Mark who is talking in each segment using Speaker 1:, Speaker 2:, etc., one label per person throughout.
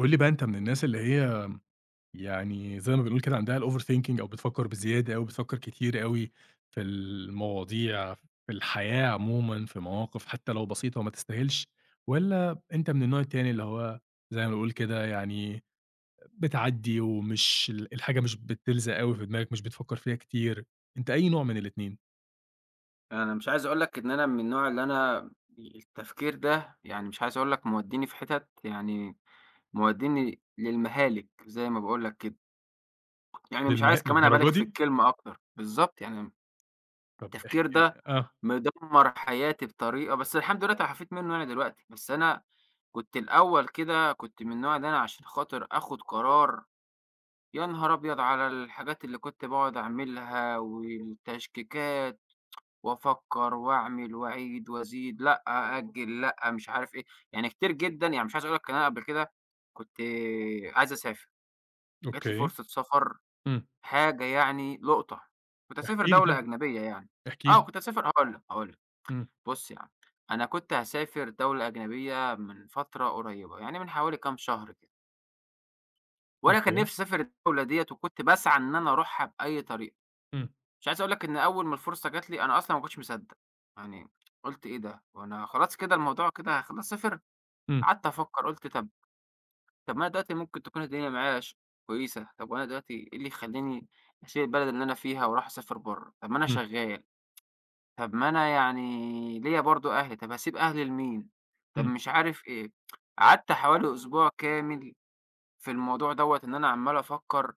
Speaker 1: قُل لي بقى، أنت من الناس اللي هي يعني زي ما بنقول كده عندها الoverthinking، أو بتفكّر بزيادة أوي، بتفكّر كتير أوي في المواضيع، في الحياة عمومًا، في مواقف حتى لو بسيطة وما تستاهلش، والّا أنت من النوع التاني اللي هو زي ما بنقول كده يعني بتعدّي ومش الحاجة مش بتلزق أوي في دماغك، مش بتفكّر فيها كتير، أنت أي نوع من الاتنين؟
Speaker 2: أنا مش عايز أقول لك إن أنا من النوع اللي أنا التفكير ده مش عايز أقول لك موديني في حتت موديني للمهالك زي ما باقول لك كده. يعني مش عايز كمان أبالغ
Speaker 1: للدرجة
Speaker 2: في
Speaker 1: دي؟
Speaker 2: الكلمة أكتر، بالضبط يعني.
Speaker 1: طب احكِ.
Speaker 2: التفكير ده
Speaker 1: آه،
Speaker 2: مدمّر حياتي بطريقة، بس الحمد لله تعافيت منه يعني دلوقتي، بس أنا كنت الأول كده كنت من النوع اللي أنا عشان خاطر آخد قرار، يا نهار أبيض على الحاجات اللي كنت باقعد أعملها والتشكيكات. وأفكّر وأعمل وأعيد وأزيد، لأ أأجّل، لأ مش عارف إيه، يعني كتير جدًا. يعني مش عايز أقول لك إن أنا قبل كده كنت عايز أسافر، جات لي
Speaker 1: أوكي،
Speaker 2: فرصة سفر،
Speaker 1: إمم،
Speaker 2: حاجة يعني لقطة، كنت
Speaker 1: احكِ
Speaker 2: هاسافر
Speaker 1: لي
Speaker 2: دولة
Speaker 1: طيب،
Speaker 2: أجنبية يعني.
Speaker 1: احكِ
Speaker 2: آه
Speaker 1: لي.
Speaker 2: كنت هاسافر، هاقول لك.
Speaker 1: إمم،
Speaker 2: بُص يا عم، أنا كنت هاسافر دولة أجنبية من فترة قريّبة، يعني من حوالي كام شهر كده، وأنا كان
Speaker 1: أوكي،
Speaker 2: نِفْسي أسافر الدولة ديّة وكنت باسعى إن أنا أروحها بأي طريقة.
Speaker 1: إمم،
Speaker 2: مش عايز أقول لك إن أول ما الفرصة جات لي أنا أصلًا ما كنتش مصدّق، يعني قُلت إيه ده، هو أنا خلاص كده الموضوع كده خلاص صفر؟
Speaker 1: إمم،
Speaker 2: قعدت أفكّر قُلت طَب ما أنا دلوقتي ممكن تكون الدنيا معايا كويسة، طَب وأنا دلوقتي إيه اللي يخلّيني أسيب البلد اللي أنا فيها وأروح أسافر برّه؟ طَب ما أنا
Speaker 1: إمم،
Speaker 2: شغّال، طَب ما أنا يعني ليّا برضه أهلي، طَب هاسيب أهلي لمين؟ طَب
Speaker 1: إمم،
Speaker 2: مش عارف إيه. قعدت حوالي أسبوع كامل في الموضوع دوّة، إن أنا عمّال أفكّر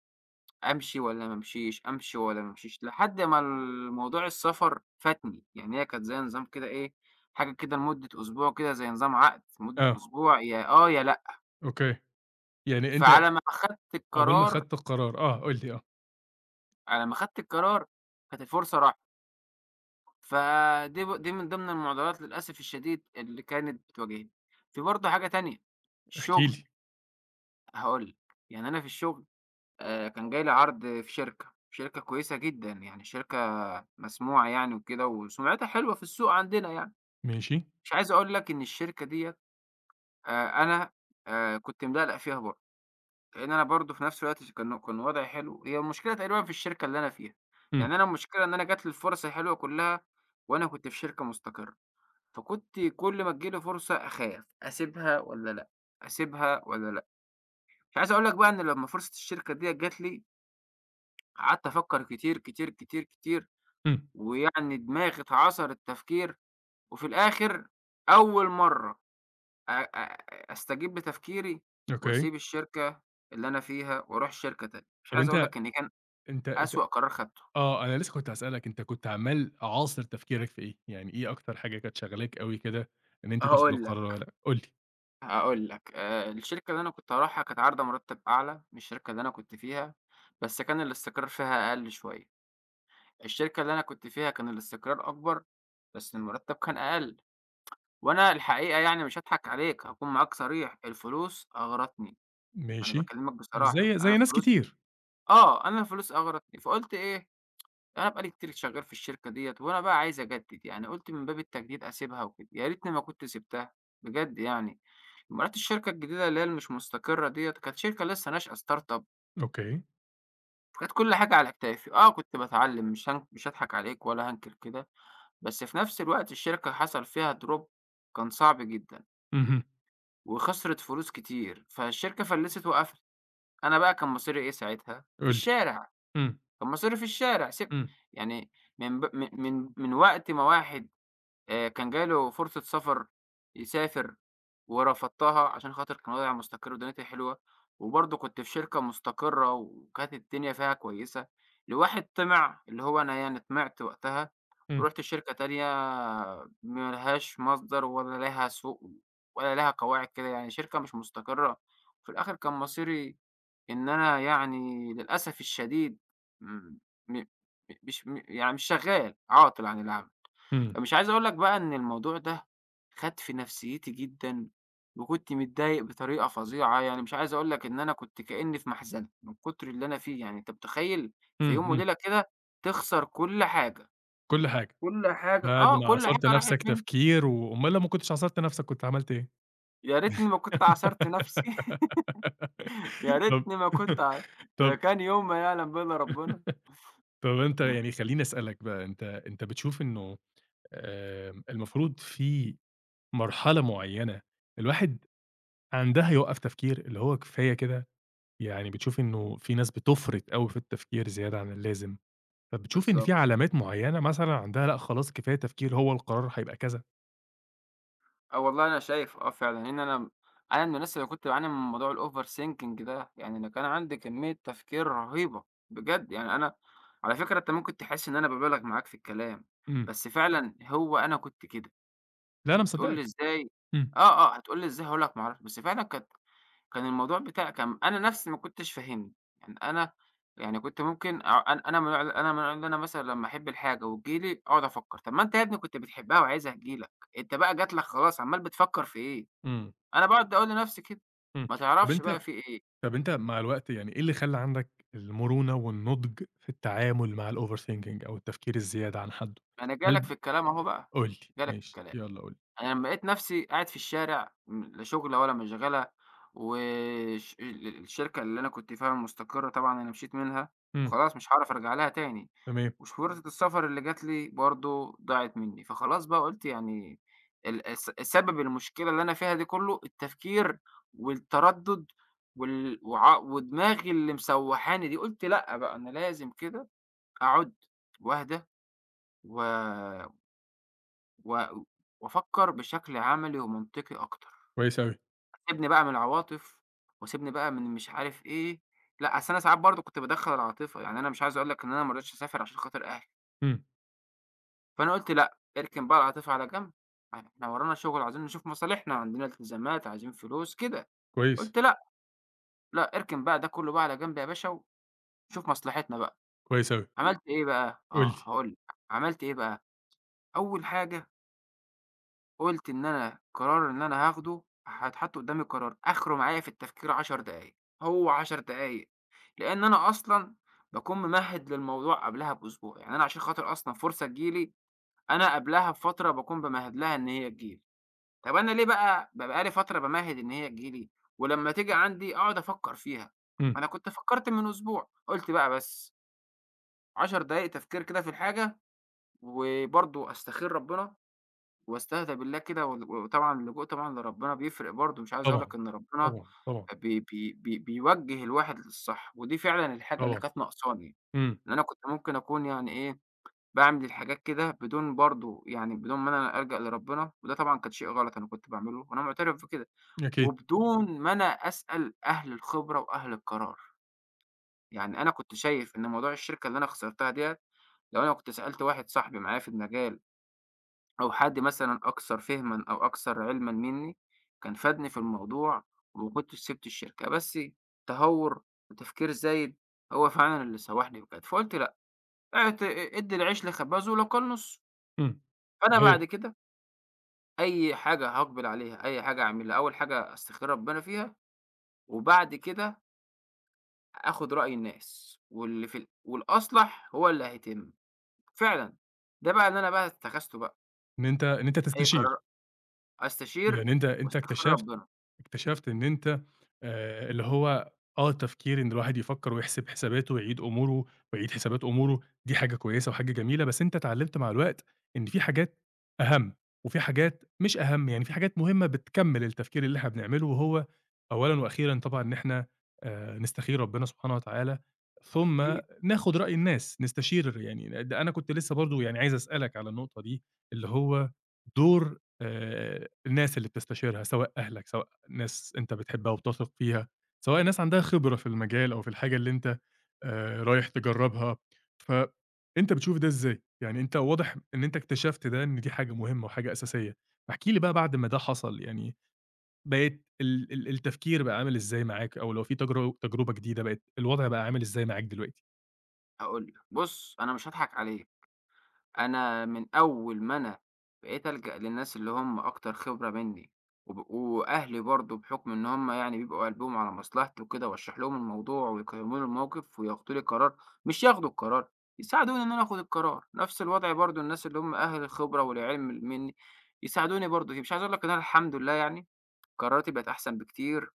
Speaker 2: أمشي والّا ما أمشيش، أمشي والّا ما أمشيش، لحد ما الموضوع السفر فاتني، يعني هي كانت زي نظام كده إيه، حاجة كده لمدة أسبوع كده زي نظام عقد، مدة
Speaker 1: آه.
Speaker 2: أسبوع يا آه يا لأ.
Speaker 1: أوكي. يعني أنت
Speaker 2: فعلى ما أخدت
Speaker 1: عقبال ما
Speaker 2: القرار،
Speaker 1: خدت القرار، آه، قُل لي آه،
Speaker 2: على ما أخدت القرار كانت الفرصة راحت، فدي ب دي من ضمن المعضلات للأسف الشديد اللي كانت بتواجهني. في برضه حاجة تانية،
Speaker 1: احكِ
Speaker 2: الشغل،
Speaker 1: لي.
Speaker 2: هاقول لك. يعني أنا في الشغل كان جاي لي عرض في شركة، شركة كويسة جدًا، يعني شركة مسموعة يعني وكده وسُمعتها حلوة في السوق عندنا يعني.
Speaker 1: ماشي.
Speaker 2: مش عايز أقول لك إن الشركة ديّة، أنا كنت مِدلّق فيها برضه، لإن أنا برضه في نفس الوقت كان وضعي حلو، هي المشكلة تقريبًا في الشركة اللي أنا فيها.
Speaker 1: إمم،
Speaker 2: يعني أنا المشكلة إن أنا جات لي الفُرَص الحلوة كُلّها وأنا كنت في شركة مستقرة، فكنت كل ما تيجي لي فرصة أخاف، أسيبها والّا لأ، أسيبها والّا لأ. مش عايز أقول لك بقى إن لمّا فرصة الشركة ديّة جات لي، قعدت أفكّر كتير، كتير، كتير، كتير.
Speaker 1: إمم،
Speaker 2: ويعني دماغي اتعصر التفكير، وفي الآخر أول مرّة أ أ أستجيب لتفكيري
Speaker 1: أوكي.
Speaker 2: وأسيب الشركة اللي أنا فيها وأروح شركة تانية. مش
Speaker 1: طَب
Speaker 2: عايز أقول
Speaker 1: أنت
Speaker 2: لك إن كان
Speaker 1: أنت أنت
Speaker 2: أسوأ قرار خدته.
Speaker 1: آه، أنا لسه كنت هاسألك، أنت كنت عمّال عاصر تفكيرك في إيه؟ يعني إيه أكتر حاجة كانت شاغلاك أوي كده إن أنت تاخد
Speaker 2: هاقول
Speaker 1: القرار
Speaker 2: لك،
Speaker 1: والّا لأ؟ قُل لي.
Speaker 2: هاقول لك الشركة اللي أنا كنت هاروحها كانت عارضة مرتب أعلى من الشركة اللي أنا كنت فيها، بس كان الاستقرار فيها أقل شوية. الشركة اللي أنا كنت فيها كان الاستقرار أكبر، بس المرتب كان أقل. وأنا الحقيقة يعني مش هاضحك عليك، هاكون معاك صريح، الفلوس أغرتني. أنا
Speaker 1: ماشي.
Speaker 2: باكلّمك بصراحة،
Speaker 1: زي
Speaker 2: أنا
Speaker 1: زي ناس
Speaker 2: الفلوس
Speaker 1: كتير.
Speaker 2: آه، أنا الفلوس أغرتني، فقُلت إيه، أنا بقى لي كتير شغّال في الشركة ديّة وأنا بقى عايز أجدّد، يعني قُلت من باب التجديد أسيبها وكده، يا ريتني ما كنت سِبتها بجد يعني. أمّا رُحت الشركة الجديدة اللي هي المش مستقرة ديّة، كانت شركة لسّه ناشئة startup،
Speaker 1: أوكي.
Speaker 2: فكانت كل حاجة على كتافي، آه كنت باتعلّم، مش هاضحك عليك ولا هانكر كده، بس في نفس الوقت الشركة حصل فيها drop، كان صعب جدًا
Speaker 1: اهم.
Speaker 2: وخسرت فلوس كتير، فالشركة فلّست وقفلت. أنا بقى كان مصيري إيه ساعتها، في
Speaker 1: قُل لي.
Speaker 2: الشارع.
Speaker 1: إمم،
Speaker 2: طب ما أصرّف الشارع، سيب
Speaker 1: إمم،
Speaker 2: يعني. من ب من من من وقت ما واحد كان جاله فرصة سفر يسافر ورفضتها عشان خاطر كان وضعي مستقر ودنيتي حلوة، وبرضه كنت في شركة مستقرة وكانت الدنيا فيها كويسة، لواحد طمِع اللي هو أنا، يعني طمِعت وقتها
Speaker 1: إمم،
Speaker 2: ورُحت لشركة تانية ما لهاش مصدر ولا لها سوق ولا لها قواعد كده، يعني شركة مش مستقرة. في الآخر كان مصيري إن أنا يعني للأسف الشديد م م مش م يعني مش شغّال، عاطل عن العمل.
Speaker 1: إمم،
Speaker 2: فمش عايز أقول لك بقى إن الموضوع ده خَد في نفسيتي جدًا، وكنت متضايق بطريقة فظيعة، يعني مش عايز أقول لك إن أنا كنت كإني في مَحزَنة من كتر اللي أنا فيه، يعني أنت متخيّل في
Speaker 1: إمم،
Speaker 2: يوم
Speaker 1: إمم.
Speaker 2: وليلة كده تخسر كل حاجة،
Speaker 1: كل حاجة.
Speaker 2: كل حاجة
Speaker 1: بعد
Speaker 2: آه،
Speaker 1: ما
Speaker 2: كل حاجة
Speaker 1: عاصرت
Speaker 2: راحت
Speaker 1: نَفْسك
Speaker 2: منّي.
Speaker 1: تفكير و أُمّال، لو ما كنتش عاصرت نَفْسك كنت عملت إيه؟
Speaker 2: يا ريتني ما كنت عاصرت نفسي، يا
Speaker 1: طب
Speaker 2: ريتني ما كنت ع ده
Speaker 1: طب
Speaker 2: كان يوم ما يعلم به إلّا ربنا.
Speaker 1: طب أنت يعني خلّيني أسألك بقى، أنت بتشوف إنه، المفروض في مرحلة معيّنة الواحد عندها يوقّف تفكير، اللي هو كفاية كده؟ يعني بتشوف إنه في ناس بتُفرط أوي في التفكير زيادة عن اللازم، فبتشوف إن في
Speaker 2: بالضبط.
Speaker 1: علامات معيّنة مثلًا عندها لأ خلاص كفاية تفكير، هو القرار هيبقى كذا؟
Speaker 2: آه والله أنا شايف آه فعلًا، لإن أنا أنا من الناس اللي كنت باعاني من موضوع الover thinking ده، يعني أنا كان عندي كمية تفكير رهيبة بجد، يعني أنا على فكرة أنت ممكن تحس إن أنا بابالغ معاك في الكلام،
Speaker 1: إمم،
Speaker 2: بس فعلًا هو أنا كنت كده.
Speaker 1: لا أنا
Speaker 2: هتقول لي
Speaker 1: مصدّقك،
Speaker 2: إزاي
Speaker 1: إمم،
Speaker 2: آه، آه، هتقول لي إزاي هاقول لك ما أعرفش، بس فعلًا كانت كان الموضوع بتاع كان أنا نفسي ما كنتش فاهمني. يعني أنا يعني كنت ممكن أنا من النوع اللي أنا مثلًا لمّا أحب الحاجة وتيجي لي أقعد أفكّر، طَب ما أنت يا ابني كنت بتحبها وعايزها تيجي لك، أنت بقى جات لك خلاص عمّال بتفكّر في إيه؟
Speaker 1: إمم،
Speaker 2: أنا باقعد أقول لنفسي كده،
Speaker 1: إمم.
Speaker 2: ما
Speaker 1: طب
Speaker 2: تعرفش
Speaker 1: أنت
Speaker 2: بقى في إيه.
Speaker 1: طب أنت مع الوقت يعني إيه اللي خلّى عندك المرونة والنضج في التعامل مع الoverthinking أو التفكير الزيادة عن حدّه؟
Speaker 2: ما أنا جاي لك
Speaker 1: هل
Speaker 2: في الكلام أهو بقى،
Speaker 1: قُل لي،
Speaker 2: جاي لك في
Speaker 1: ماشي،
Speaker 2: الكلام.
Speaker 1: يالّا قُل لي.
Speaker 2: أنا لمّا لقيت نفسي قاعد في الشارع، لا شُغلة ولا مشغلة، وش ال الشركة اللي أنا كنت فيها مستقرة طبعًا أنا مشيت منها،
Speaker 1: إمم،
Speaker 2: وخلاص مش هاعرف أرجع لها تاني،
Speaker 1: تمام،
Speaker 2: وشهورة السفر اللي جات لي برضه ضاعت منّي. فخلاص بقى قُلت يعني ال الس سبب المشكلة اللي أنا فيها دي كلّه التفكير والتردُّد وال وع ودماغي اللي مسوّحاني دي. قُلت لأ بقى أنا لازم كده أقعد وأهدى و و وأفكّر بشكل عملي ومنطقي أكتر،
Speaker 1: كويس أوي،
Speaker 2: سيبني بقى من العواطف وسيبني بقى من مش عارف إيه. لأ، أصل أنا ساعات برضه كنت بادخّل العاطفة، يعني أنا مش عايز أقول لك إن أنا ما رضيتش أسافر عشان خاطر أهلي.
Speaker 1: إمم،
Speaker 2: فأنا قُلت لأ، اركن بقى العاطفة على جنب، يعني إحنا ورانا شغل عايزين نشوف مصالحنا، عندنا التزامات، عايزين فلوس كده.
Speaker 1: كويس،
Speaker 2: قُلت لأ، لأ، اركن بقى ده كلّه بقى على جنب يا باشا ونشوف مصلحتنا بقى.
Speaker 1: كويس أوي،
Speaker 2: عملت إيه بقى؟
Speaker 1: قُل
Speaker 2: آه،
Speaker 1: لي.
Speaker 2: هاقول لك، عملت إيه بقى. أول حاجة قُلت إن أنا القرار اللي أنا هاخده هيتحط قدّامي قرار آخره معايا في التفكير 10 دقايق، هو 10 دقايق، لإن أنا أصلًا باكون ممهِّد للموضوع قبلها بأسبوع، يعني أنا عشان خاطر أصلًا فرصة تيجي لي، أنا قبلها بفترة باكون بامهِّد لها إن هي تيجي لي، طَب أنا ليه بقى بابقى لي فترة بامهِّد إن هي تيجي لي، ولمّا تيجي عندي أقعد أفكّر فيها.
Speaker 1: إمم،
Speaker 2: أنا كنت فكّرت من أسبوع، قُلت بقى بس 10 دقايق تفكير كده في الحاجة، وبرضه أستخير ربنا واستهدى بالله كده وطبعًا اللجوء طبعًا لربنا بيفرق برضه. مش عايز أقول لك
Speaker 1: طبعًا،
Speaker 2: إن ربنا
Speaker 1: طبعًا، طبعًا،
Speaker 2: بي بي بي بيوجّه الواحد للصح، ودي فعلًا الحاجة اللي
Speaker 1: طبعًا،
Speaker 2: كانت ناقصاني،
Speaker 1: إمم،
Speaker 2: إن أنا كنت ممكن أكون يعني إيه، باعمل الحاجات كده بدون برضه يعني بدون ما أنا ألجأ لربنا، وده طبعًا كان شيء غلط أنا كنت باعمله وأنا معترف بكده،
Speaker 1: أكيد،
Speaker 2: وبدون ما أنا أسأل أهل الخبرة وأهل القرار. يعني أنا كنت شايف إن موضوع الشركة اللي أنا خسرتها ديّة، لو أنا كنت سألت واحد صاحبي معايا في المجال أو حد مثلًا أكثر فهمًا أو أكثر علمًا منّي، كان فادني في الموضوع وما كنتش سِبت الشركة، بس تهوُّر وتفكير زايد هو فعلًا اللي سوّحني بجد. فقُلت لأ، ادّي العيش لخبازه ولو كان نُصّه.
Speaker 1: إمم،
Speaker 2: فأنا بعد
Speaker 1: صحيح،
Speaker 2: كده أي حاجة هاقبل عليها، أي حاجة أعملها، أول حاجة أستخير ربنا فيها وبعد كده آخُد رأي الناس واللي في والأصلح هو اللي هيتم، فعلًا. ده بقى اللي أنا بقى اتّخذته بقى،
Speaker 1: إن أنت
Speaker 2: أي
Speaker 1: تستشير.
Speaker 2: قرار أستشير
Speaker 1: يعني أنت
Speaker 2: واستخير
Speaker 1: اكتشفت
Speaker 2: ربنا،
Speaker 1: اكتشفت إن أنت، اللي هو، آه، تفكير إن الواحد يفكّر ويحسب حساباته ويعيد أموره ويعيد حسابات أموره، دي حاجة كويسة وحاجة جميلة، بس أنت اتعلّمت مع الوقت إن في حاجات أهم، وفي حاجات مش أهم، يعني في حاجات مهمة بتكمّل التفكير اللي إحنا بنعمله، وهو أولًا وأخيرًا طبعًا إن إحنا نستخير ربنا سبحانه وتعالى، ثم
Speaker 2: أكيد.
Speaker 1: ناخُد رأي الناس، نستشير. يعني ده أنا كنت لسه برضه يعني عايز أسألك على النقطة دي، اللي هو دور الناس اللي بتستشيرها، سواء أهلك، سواء ناس أنت بتحبها وبتثق فيها، سواء ناس عندها خبرة في المجال أو في الحاجة اللي أنت رايح تجرّبها، فأنت بتشوف ده إزاي؟ يعني أنت واضح إن أنت اكتشفت ده، إن دي حاجة مهمة وحاجة أساسية، فاحكِ لي بقى بعد ما ده حصل. يعني بقيت ال ال التفكير بقى عامل إزاي معاك، أو لو في تجربة جديدة بقت الوضع بقى عامل إزاي معاك دلوقتي؟
Speaker 2: هاقول لك، بُص أنا مش هاضحك عليك، أنا من أول ما أنا بقيت ألجأ للناس اللي هم أكتر خبرة منّي، وبيبقوا أهلي برضه بحكم إن هم يعني بيبقوا قلبهم على مصلحتي وكده، واشرح لهم الموضوع ويقيّموا لي الموقف وياخدوا لي قرار، مش ياخدوا القرار، يساعدوني إن أنا آخد القرار. نفس الوضع برضه الناس اللي هم أهل الخبرة والعلم منّي، يساعدوني برضه فيه. مش عايز أقول لك إن أنا الحمد لله يعني قراراتي بقت أحسن بكتير،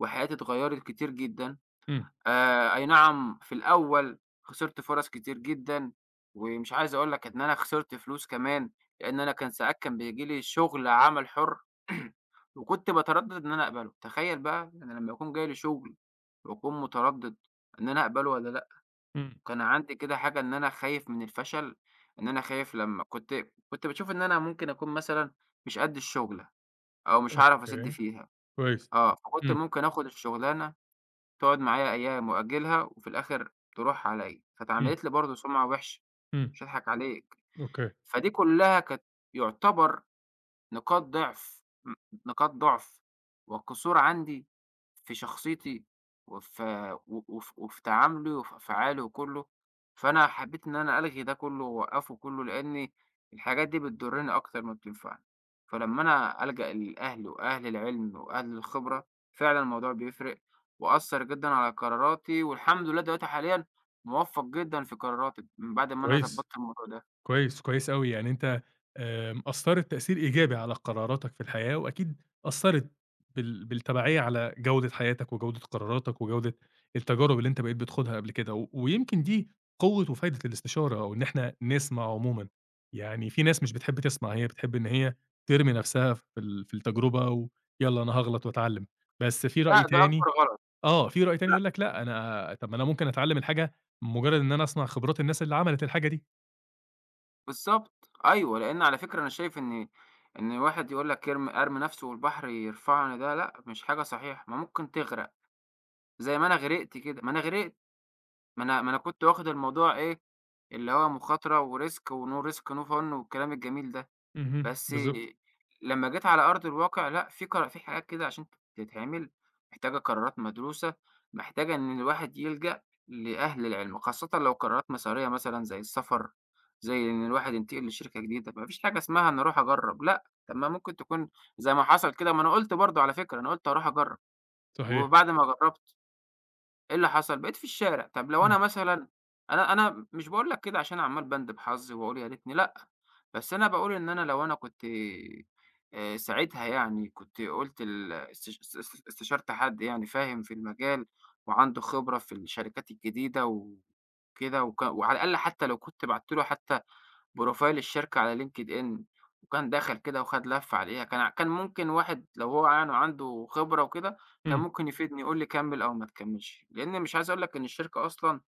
Speaker 2: وحياتي اتغيّرت كتير جدًا.
Speaker 1: إمم،
Speaker 2: أي نعم في الأول خسرت فرص كتير جدًا، ومش عايز أقول لك إن أنا خسرت فلوس كمان، لإن أنا كان ساعات كان بييجي لي شغل عمل حُر وكنت باتردد إن أنا أقبله، تخيّل بقى أنا لمّا يكون جاي لي شغل وأكون متردد إن أنا أقبله والّا لأ.
Speaker 1: إمم،
Speaker 2: كان عندي كده حاجة إن أنا خايف من الفشل، إن أنا خايف لمّا كنت كنت باشوف إن أنا ممكن أكون مثلًا مش قد الشُغلة أو مش هاعرف أسِد
Speaker 1: أوكي،
Speaker 2: فيها،
Speaker 1: كويس.
Speaker 2: آه. فكنت
Speaker 1: إمم،
Speaker 2: ممكن آخُد الشُغلانة تقعد معايا أيام وأجلها وفي الآخر تروح عليّا،
Speaker 1: إمم،
Speaker 2: فاتعملت لي برضه سُمعة وِحشة،
Speaker 1: إمم،
Speaker 2: مش هاضحك عليك.
Speaker 1: أوكي،
Speaker 2: فدي كلّها كانت يُعتبر نقاط ضعف م- نقاط ضعف والقصور عندي في شخصيتي وفي وفي تعاملي وفي أفعالي وكله. فأنا حبيت إن أنا ألغي ده كله وأوقفه كله لأن الحاجات دي بتضرني أكتر ما بتنفعني. فلما أنا ألجأ للأهل وأهل العلم وأهل الخبرة فعلا الموضوع بيفرق، وأثر جدا على قراراتي والحمد لله دلوقتي حاليا موفق جدا في قراراتي من بعد ما أنا
Speaker 1: كويس.
Speaker 2: ظبطت الموضوع ده.
Speaker 1: كويس، كويس أوي، يعني أنت أثّرت تأثير إيجابي على قراراتك في الحياة، وأكيد أثّرت بالتبعية على جودة حياتك، وجودة قراراتك، وجودة التجارب اللي أنت بقيت بتخوضها قبل كده، و ويمكن دي قوة وفايدة الاستشارة، أو إن إحنا نسمع عمومًا، يعني في ناس مش بتحب تسمع، هي بتحب إن هي ترمي نفسها في في التجربة، ويالّا أنا هاغلط وأتعلم، بس في
Speaker 2: لا
Speaker 1: رأي
Speaker 2: ده أكبر
Speaker 1: تاني.
Speaker 2: غلط.
Speaker 1: آه، في رأي تاني يقول لك لأ، أنا طب ما أنا ممكن أتعلم الحاجة مجرد إن أنا أسمع خبرات الناس اللي عملت الحاجة دي.
Speaker 2: بالضبط، أيوه، لإن على فكرة أنا شايف إن إن الواحد يقول لك أرمي نفسي والبحر يرفعني ده لأ، مش حاجة صحيحة، ما ممكن تغرق، زي ما أنا غرقت كده، ما أنا غرقت، ما أنا كنت واخد الموضوع إيه، اللي هو مخاطرة وRisk وNo risk no fun والكلام الجميل ده.
Speaker 1: اهم،
Speaker 2: بس
Speaker 1: بالضبط.
Speaker 2: لمّا جيت على أرض الواقع لأ، في حاجات كده عشان تتعمل محتاجة قرارات مدروسة، محتاجة إن الواحد يلجأ لأهل العلم، خاصةً لو قرارات مسارية مثلًا زي السفر، زي إن الواحد ينتقل لشركة جديدة، ما فيش حاجة اسمها أنا أروح أجرّب لأ، طب ما ممكن تكون زي ما حصل كده، ما أنا قُلت برضه على فكرة، أنا قُلت هاروح أجرّب
Speaker 1: صحيح،
Speaker 2: وبعد ما جرّبت إيه اللي حصل؟ بقيت في الشارع. طب لو أنا
Speaker 1: إمم،
Speaker 2: مثلًا أنا مش باقول لك كده عشان عمّال باندب حظي وأقول يا ريتني لأ، بس أنا باقول إن أنا لو أنا كنت ساعتها يعني كنت قُلت ال استش است است استشرت حد يعني فاهم في المجال وعنده خبرة في الشركات الجديدة وكده وك وعلى الأقل حتى لو كنت بعت له حتى بروفايل الشركة على لينكد إن، وكان دخل كده وخد لفّة عليها، كان ممكن واحد لو هو يعني عنده خبرة وكده، كان
Speaker 1: إمم،
Speaker 2: ممكن يفيدني يقول لي كمّل أو ما تكمّلش، لإن مش عايز أقول لك إن الشركة أصلًا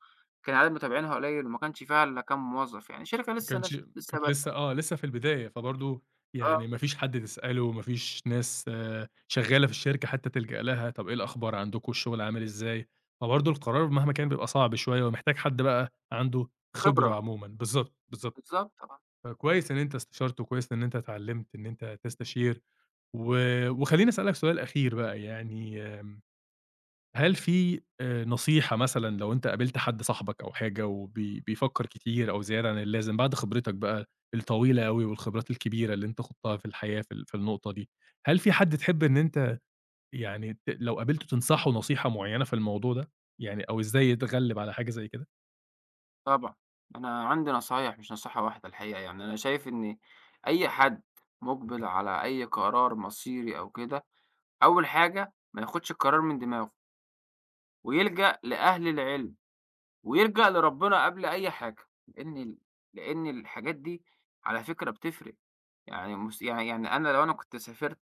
Speaker 2: كان عدد متابعينها قليل وما كانش فيها إلا كام موظف، يعني شركة
Speaker 1: ما
Speaker 2: لسه
Speaker 1: كانش
Speaker 2: ناشئة، لسه
Speaker 1: كانت لسه،
Speaker 2: بادئة
Speaker 1: آه، لسه في البداية، فبرضه يعني
Speaker 2: آه،
Speaker 1: ما فيش حد تسأله، ما فيش ناس، آه، شغّالة في الشركة حتى تلجأ لها، طَب إيه الأخبار عندكم، الشغل عامل إزاي؟ فبرضه القرار مهما كان بيبقى صعب شوية ومحتاج حد بقى عنده خبرة
Speaker 2: خبرة،
Speaker 1: عمومًا، بالضبط، بالضبط،
Speaker 2: بالضبط آه،
Speaker 1: فكويس إن أنت استشرت، وكويس إن أنت اتعلّمت إن أنت تستشير، و وخلّيني أسألك سؤال أخير بقى. يعني هل في نصيحة مثلًا لو أنت قابلت حد صاحبك أو حاجة وبي بيفكّر كتير أو زيادة عن اللازم بعد خبرتك بقى الطويلة أوي والخبرات الكبيرة اللي أنت خُضتها في الحياة في في النقطة دي، هل في حد تحب إن أنت يعني لو قابلته تنصحه نصيحة معيّنة في الموضوع ده؟ يعني أو إزاي يتغلّب على حاجة زي كده؟
Speaker 2: طبعًا. أنا عندي نصايح مش نصيحة واحدة الحقيقة يعني، أنا شايف إن أي حد مُقبِل على أي قرار مصيري أو كده، أول حاجة ما ياخدش القرار من دماغه، ويلجأ لأهل العلم. ويلجأ لربنا قبل أي حاجة، لإن ال لإن الحاجات دي على فكرة بتفرق، يعني مس يعني يعني أنا لو أنا كنت سافرت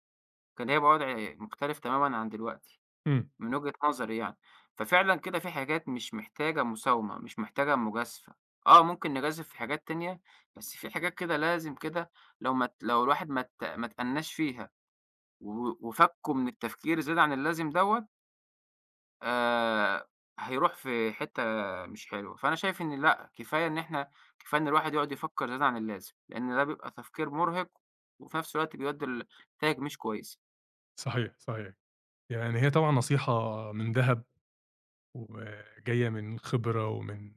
Speaker 2: كان هيبقى وضعي مختلف تمامًا عن دلوقتي،
Speaker 1: إمم.
Speaker 2: من وجهة نظري يعني. ففعلًا كده في حاجات مش محتاجة مساومة، مش محتاجة مجازفة، آه ممكن نجازف في حاجات تانية، بس في حاجات كده لازم كده لو الواحد ما اتأناش فيها و وفكُّه من التفكير الزيادة عن اللازم دوّة آآ هيروح في حتّة مش حلوة. فأنا شايف إن لأ، كفاية إن الواحد يقعد يفكّر زيادة عن اللازم، لإن ده بيبقى تفكير مرهق وفي نفس الوقت بيؤدّي لنتايج مش كويسة.
Speaker 1: صحيح، صحيح. يعني هي طبعًا نصيحة من دهب، وجاية من خبرة، ومن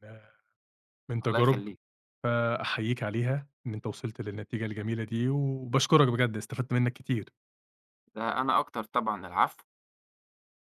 Speaker 1: من
Speaker 2: الله
Speaker 1: تجارب،
Speaker 2: يخلّيك،
Speaker 1: فأحييك عليها إن أنت وصلت للنتيجة الجميلة دي، وباشكرك بجد استفدت منك كتير.
Speaker 2: ده أنا أكتر طبعًا، العفو.